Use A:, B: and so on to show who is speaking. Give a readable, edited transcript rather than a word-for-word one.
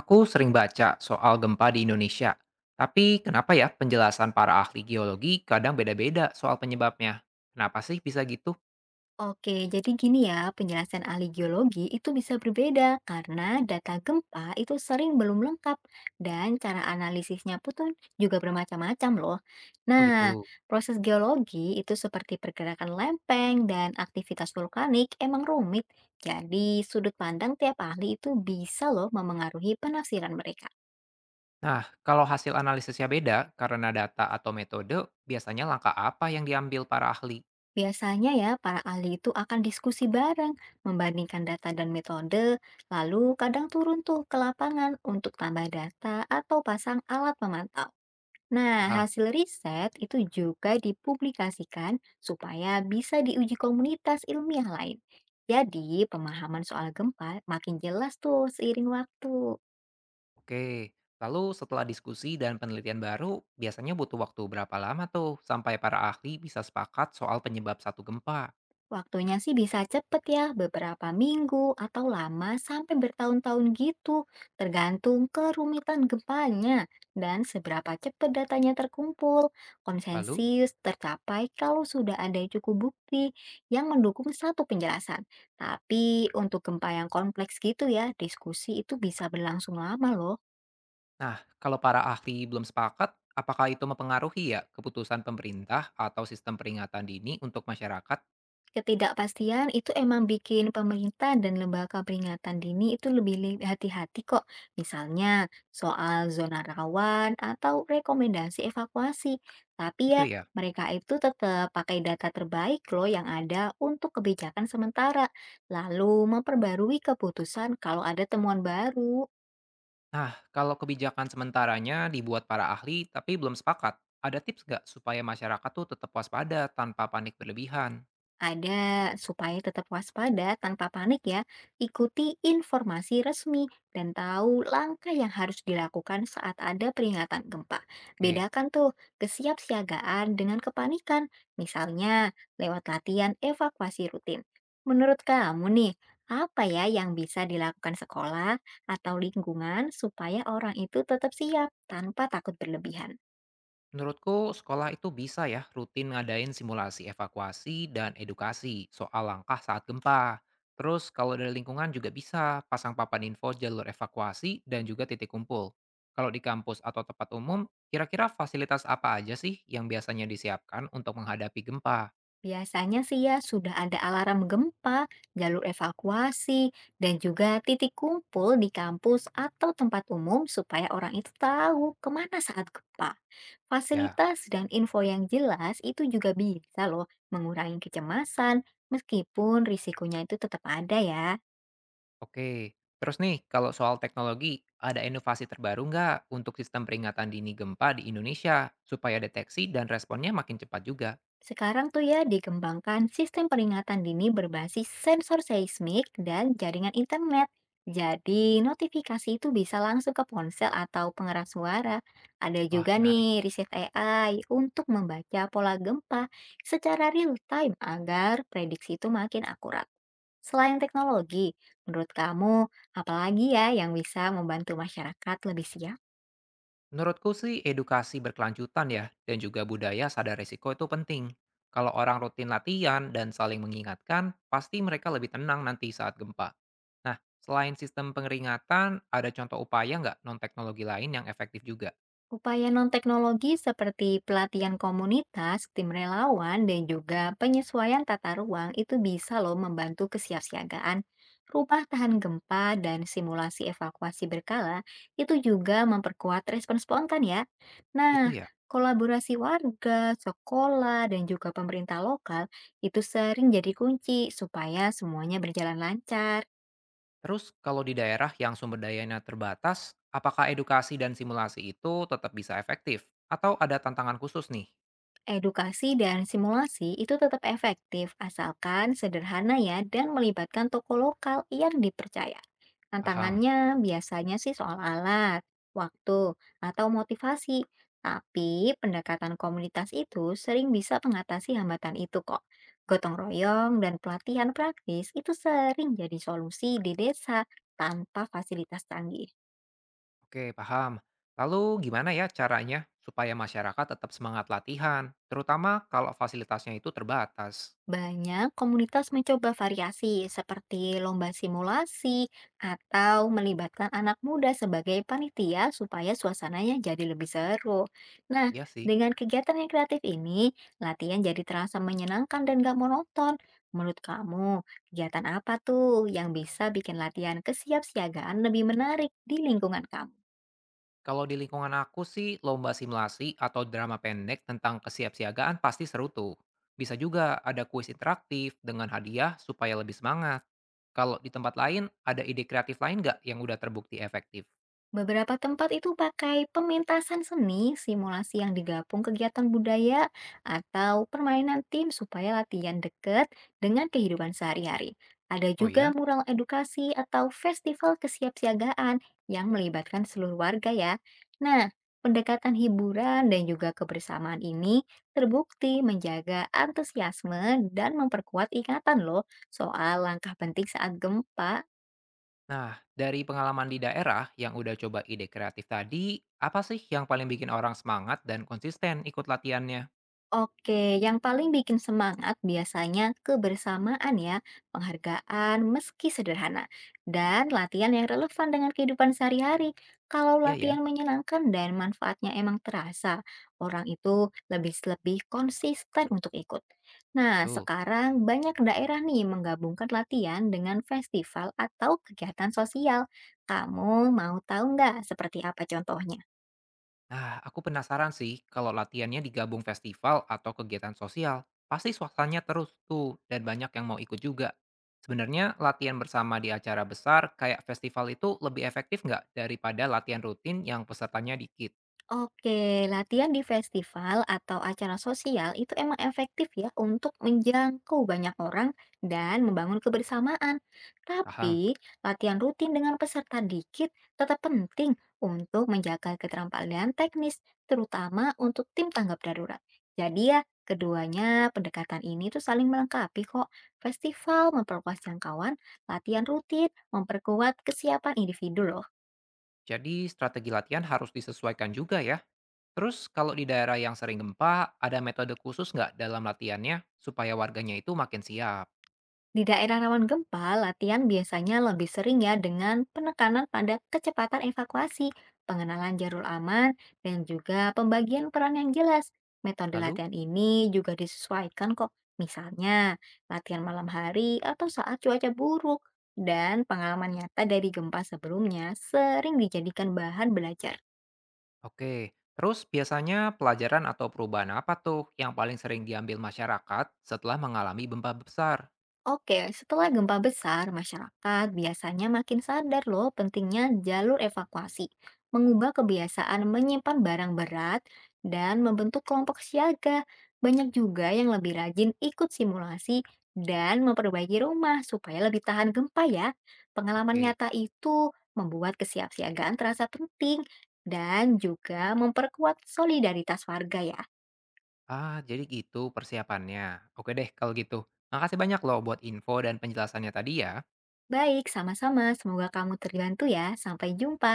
A: Aku sering baca soal gempa di Indonesia, tapi kenapa ya penjelasan para ahli geologi kadang beda-beda soal penyebabnya? Kenapa sih bisa gitu?
B: Oke, jadi gini ya, penjelasan ahli geologi itu bisa berbeda karena data gempa itu sering belum lengkap dan cara analisisnya pun tuh juga bermacam-macam loh.
A: Oh
B: Nah,
A: gitu.
B: proses geologi itu seperti pergerakan lempeng dan aktivitas vulkanik emang rumit. Jadi, sudut pandang tiap ahli itu bisa loh memengaruhi penafsiran mereka.
A: Nah, kalau hasil analisisnya beda karena data atau metode, biasanya langkah apa yang diambil para ahli?
B: Biasanya ya, para ahli itu akan diskusi bareng, membandingkan data dan metode, lalu kadang turun tuh ke lapangan untuk tambah data atau pasang alat pemantau. Nah,
A: Paham?
B: hasil riset itu juga dipublikasikan supaya bisa diuji komunitas ilmiah lain. Jadi, pemahaman soal gempa makin jelas tuh seiring waktu.
A: Oke. Lalu setelah diskusi dan penelitian baru, biasanya butuh waktu berapa lama tuh sampai para ahli bisa sepakat soal penyebab satu gempa?
B: Waktunya sih bisa cepet ya, beberapa minggu atau lama sampai bertahun-tahun gitu, tergantung kerumitan gempanya dan seberapa cepat datanya terkumpul.
A: Lalu?
B: Konsensus tercapai kalau sudah ada cukup bukti yang mendukung satu penjelasan. Tapi untuk gempa yang kompleks gitu ya, diskusi itu bisa berlangsung lama loh.
A: Nah, kalau para ahli belum sepakat, apakah itu mempengaruhi ya keputusan pemerintah atau sistem peringatan dini untuk masyarakat?
B: Ketidakpastian itu emang bikin pemerintah dan lembaga peringatan dini itu lebih hati-hati kok. Misalnya soal zona rawan atau rekomendasi evakuasi. Tapi
A: Itu
B: ya
A: ya.
B: mereka itu tetap pakai data terbaik loh yang ada untuk kebijakan sementara. Lalu memperbarui keputusan kalau ada temuan baru.
A: Nah, kalau kebijakan sementaranya dibuat para ahli tapi belum sepakat, ada tips nggak supaya masyarakat tuh tetap waspada tanpa panik berlebihan?
B: Ada, supaya tetap waspada tanpa panik ya, ikuti informasi resmi dan tahu langkah yang harus dilakukan saat ada peringatan gempa.
A: Oke.
B: Bedakan tuh kesiapsiagaan dengan kepanikan, misalnya lewat latihan evakuasi rutin. Menurut kamu nih, apa ya yang bisa dilakukan sekolah atau lingkungan supaya orang itu tetap siap tanpa takut berlebihan?
A: Menurutku, sekolah itu bisa ya rutin ngadain simulasi evakuasi dan edukasi soal langkah saat gempa. Terus kalau dari lingkungan juga bisa pasang papan info jalur evakuasi dan juga titik kumpul. Kalau di kampus atau tempat umum, kira-kira fasilitas apa aja sih yang biasanya disiapkan untuk menghadapi gempa?
B: Biasanya sih ya sudah ada alarm gempa, jalur evakuasi, dan juga titik kumpul di kampus atau tempat umum supaya orang itu tahu kemana saat gempa.
A: Ya,
B: Fasilitas dan info yang jelas itu juga bisa loh mengurangi kecemasan meskipun risikonya itu tetap ada ya.
A: oke. Terus nih, kalau soal teknologi, ada inovasi terbaru nggak untuk sistem peringatan dini gempa di Indonesia supaya deteksi dan responnya makin cepat juga?
B: Sekarang tuh ya dikembangkan sistem peringatan dini berbasis sensor seismik dan jaringan internet. Jadi notifikasi itu bisa langsung ke ponsel atau pengeras suara. Ada
A: Wah,
B: juga
A: menarik.
B: nih riset AI untuk membaca pola gempa secara real time agar prediksi itu makin akurat. Selain teknologi, menurut kamu apalagi ya yang bisa membantu masyarakat lebih siap?
A: Menurutku sih edukasi berkelanjutan ya, dan juga budaya sadar risiko itu penting. Kalau orang rutin latihan dan saling mengingatkan, pasti mereka lebih tenang nanti saat gempa. Nah, selain sistem pengeringatan, ada contoh upaya nggak non-teknologi lain yang efektif juga?
B: Upaya non-teknologi seperti pelatihan komunitas, tim relawan, dan juga penyesuaian tata ruang itu bisa loh membantu kesiapsiagaan. Rumah tahan gempa dan simulasi evakuasi berkala itu juga memperkuat respon spontan ya.
A: Itu
B: Nah,
A: ya.
B: kolaborasi warga, sekolah, dan juga pemerintah lokal itu sering jadi kunci supaya semuanya berjalan lancar.
A: Terus kalau di daerah yang sumber dayanya terbatas, apakah edukasi dan simulasi itu tetap bisa efektif? Atau ada tantangan khusus nih?
B: Edukasi dan simulasi itu tetap efektif asalkan sederhana ya dan melibatkan toko lokal yang dipercaya.
A: Paham.
B: Tantangannya biasanya sih soal alat, waktu, atau motivasi. Tapi pendekatan komunitas itu sering bisa mengatasi hambatan itu kok. Gotong royong dan pelatihan praktis itu sering jadi solusi di desa tanpa fasilitas canggih.
A: Oke, paham. Lalu gimana ya caranya supaya masyarakat tetap semangat latihan, terutama kalau fasilitasnya itu terbatas?
B: Banyak komunitas mencoba variasi seperti lomba simulasi atau melibatkan anak muda sebagai panitia supaya suasananya jadi lebih seru. Nah,
A: Ya sih,
B: dengan kegiatan yang kreatif ini, latihan jadi terasa menyenangkan dan gak monoton. Menurut kamu, kegiatan apa tuh yang bisa bikin latihan kesiapsiagaan lebih menarik di lingkungan kamu?
A: kalau di lingkungan aku sih lomba simulasi atau drama pendek tentang kesiapsiagaan pasti seru tuh. Bisa juga ada kuis interaktif dengan hadiah supaya lebih semangat. Kalau di tempat lain, ada ide kreatif lain nggak yang udah terbukti efektif?
B: Beberapa tempat itu pakai pementasan seni, simulasi yang digabung kegiatan budaya, atau permainan tim supaya latihan dekat dengan kehidupan sehari-hari. Ada
A: Oh ya?
B: juga mural edukasi atau festival kesiapsiagaan yang melibatkan seluruh warga ya. Nah, pendekatan hiburan dan juga kebersamaan ini terbukti menjaga antusiasme dan memperkuat ingatan loh soal langkah penting saat gempa.
A: Nah, dari pengalaman di daerah yang udah coba ide kreatif tadi, apa sih yang paling bikin orang semangat dan konsisten ikut latihannya?
B: Oke, yang paling bikin semangat biasanya kebersamaan ya, penghargaan meski sederhana, dan latihan yang relevan dengan kehidupan sehari-hari. Kalau
A: Iya ya,
B: latihan menyenangkan dan manfaatnya emang terasa, orang itu lebih-lebih konsisten untuk ikut. Nah,
A: betul.
B: sekarang banyak daerah nih menggabungkan latihan dengan festival atau kegiatan sosial. Kamu mau tahu nggak seperti apa contohnya?
A: Nah, aku penasaran sih kalau latihannya digabung festival atau kegiatan sosial, pasti suasananya terus tuh dan banyak yang mau ikut juga. Sebenarnya latihan bersama di acara besar kayak festival itu lebih efektif nggak daripada latihan rutin yang pesertanya dikit?
B: Oke, latihan di festival atau acara sosial itu emang efektif ya untuk menjangkau banyak orang dan membangun kebersamaan.
A: Paham.
B: Tapi, latihan rutin dengan peserta dikit tetap penting untuk menjaga keterampilan teknis, terutama untuk tim tanggap darurat. Jadi ya, keduanya pendekatan ini tuh saling melengkapi kok. Festival memperluas jangkauan, latihan rutin memperkuat kesiapan individu loh.
A: Jadi strategi latihan harus disesuaikan juga ya. Terus kalau di daerah yang sering gempa, ada metode khusus nggak dalam latihannya supaya warganya itu makin siap?
B: Di daerah rawan gempa, latihan biasanya lebih sering ya dengan penekanan pada kecepatan evakuasi, pengenalan jalur aman, dan juga pembagian peran yang jelas. Metode
A: Lalu?
B: latihan ini juga disesuaikan kok, misalnya latihan malam hari atau saat cuaca buruk. Dan pengalaman nyata dari gempa sebelumnya sering dijadikan bahan belajar.
A: Oke, terus biasanya pelajaran atau perubahan apa tuh yang paling sering diambil masyarakat setelah mengalami gempa besar?
B: Oke, setelah gempa besar, masyarakat biasanya makin sadar loh pentingnya jalur evakuasi, mengubah kebiasaan menyimpan barang berat, dan membentuk kelompok siaga. Banyak juga yang lebih rajin ikut simulasi dan memperbaiki rumah supaya lebih tahan gempa ya. Pengalaman
A: Oke,
B: nyata itu membuat kesiapsiagaan terasa penting dan juga memperkuat solidaritas warga ya.
A: ah jadi gitu persiapannya. Oke deh kalau gitu. Makasih banyak loh buat info dan penjelasannya tadi ya.
B: Baik, sama-sama. Semoga kamu terbantu ya. Sampai jumpa.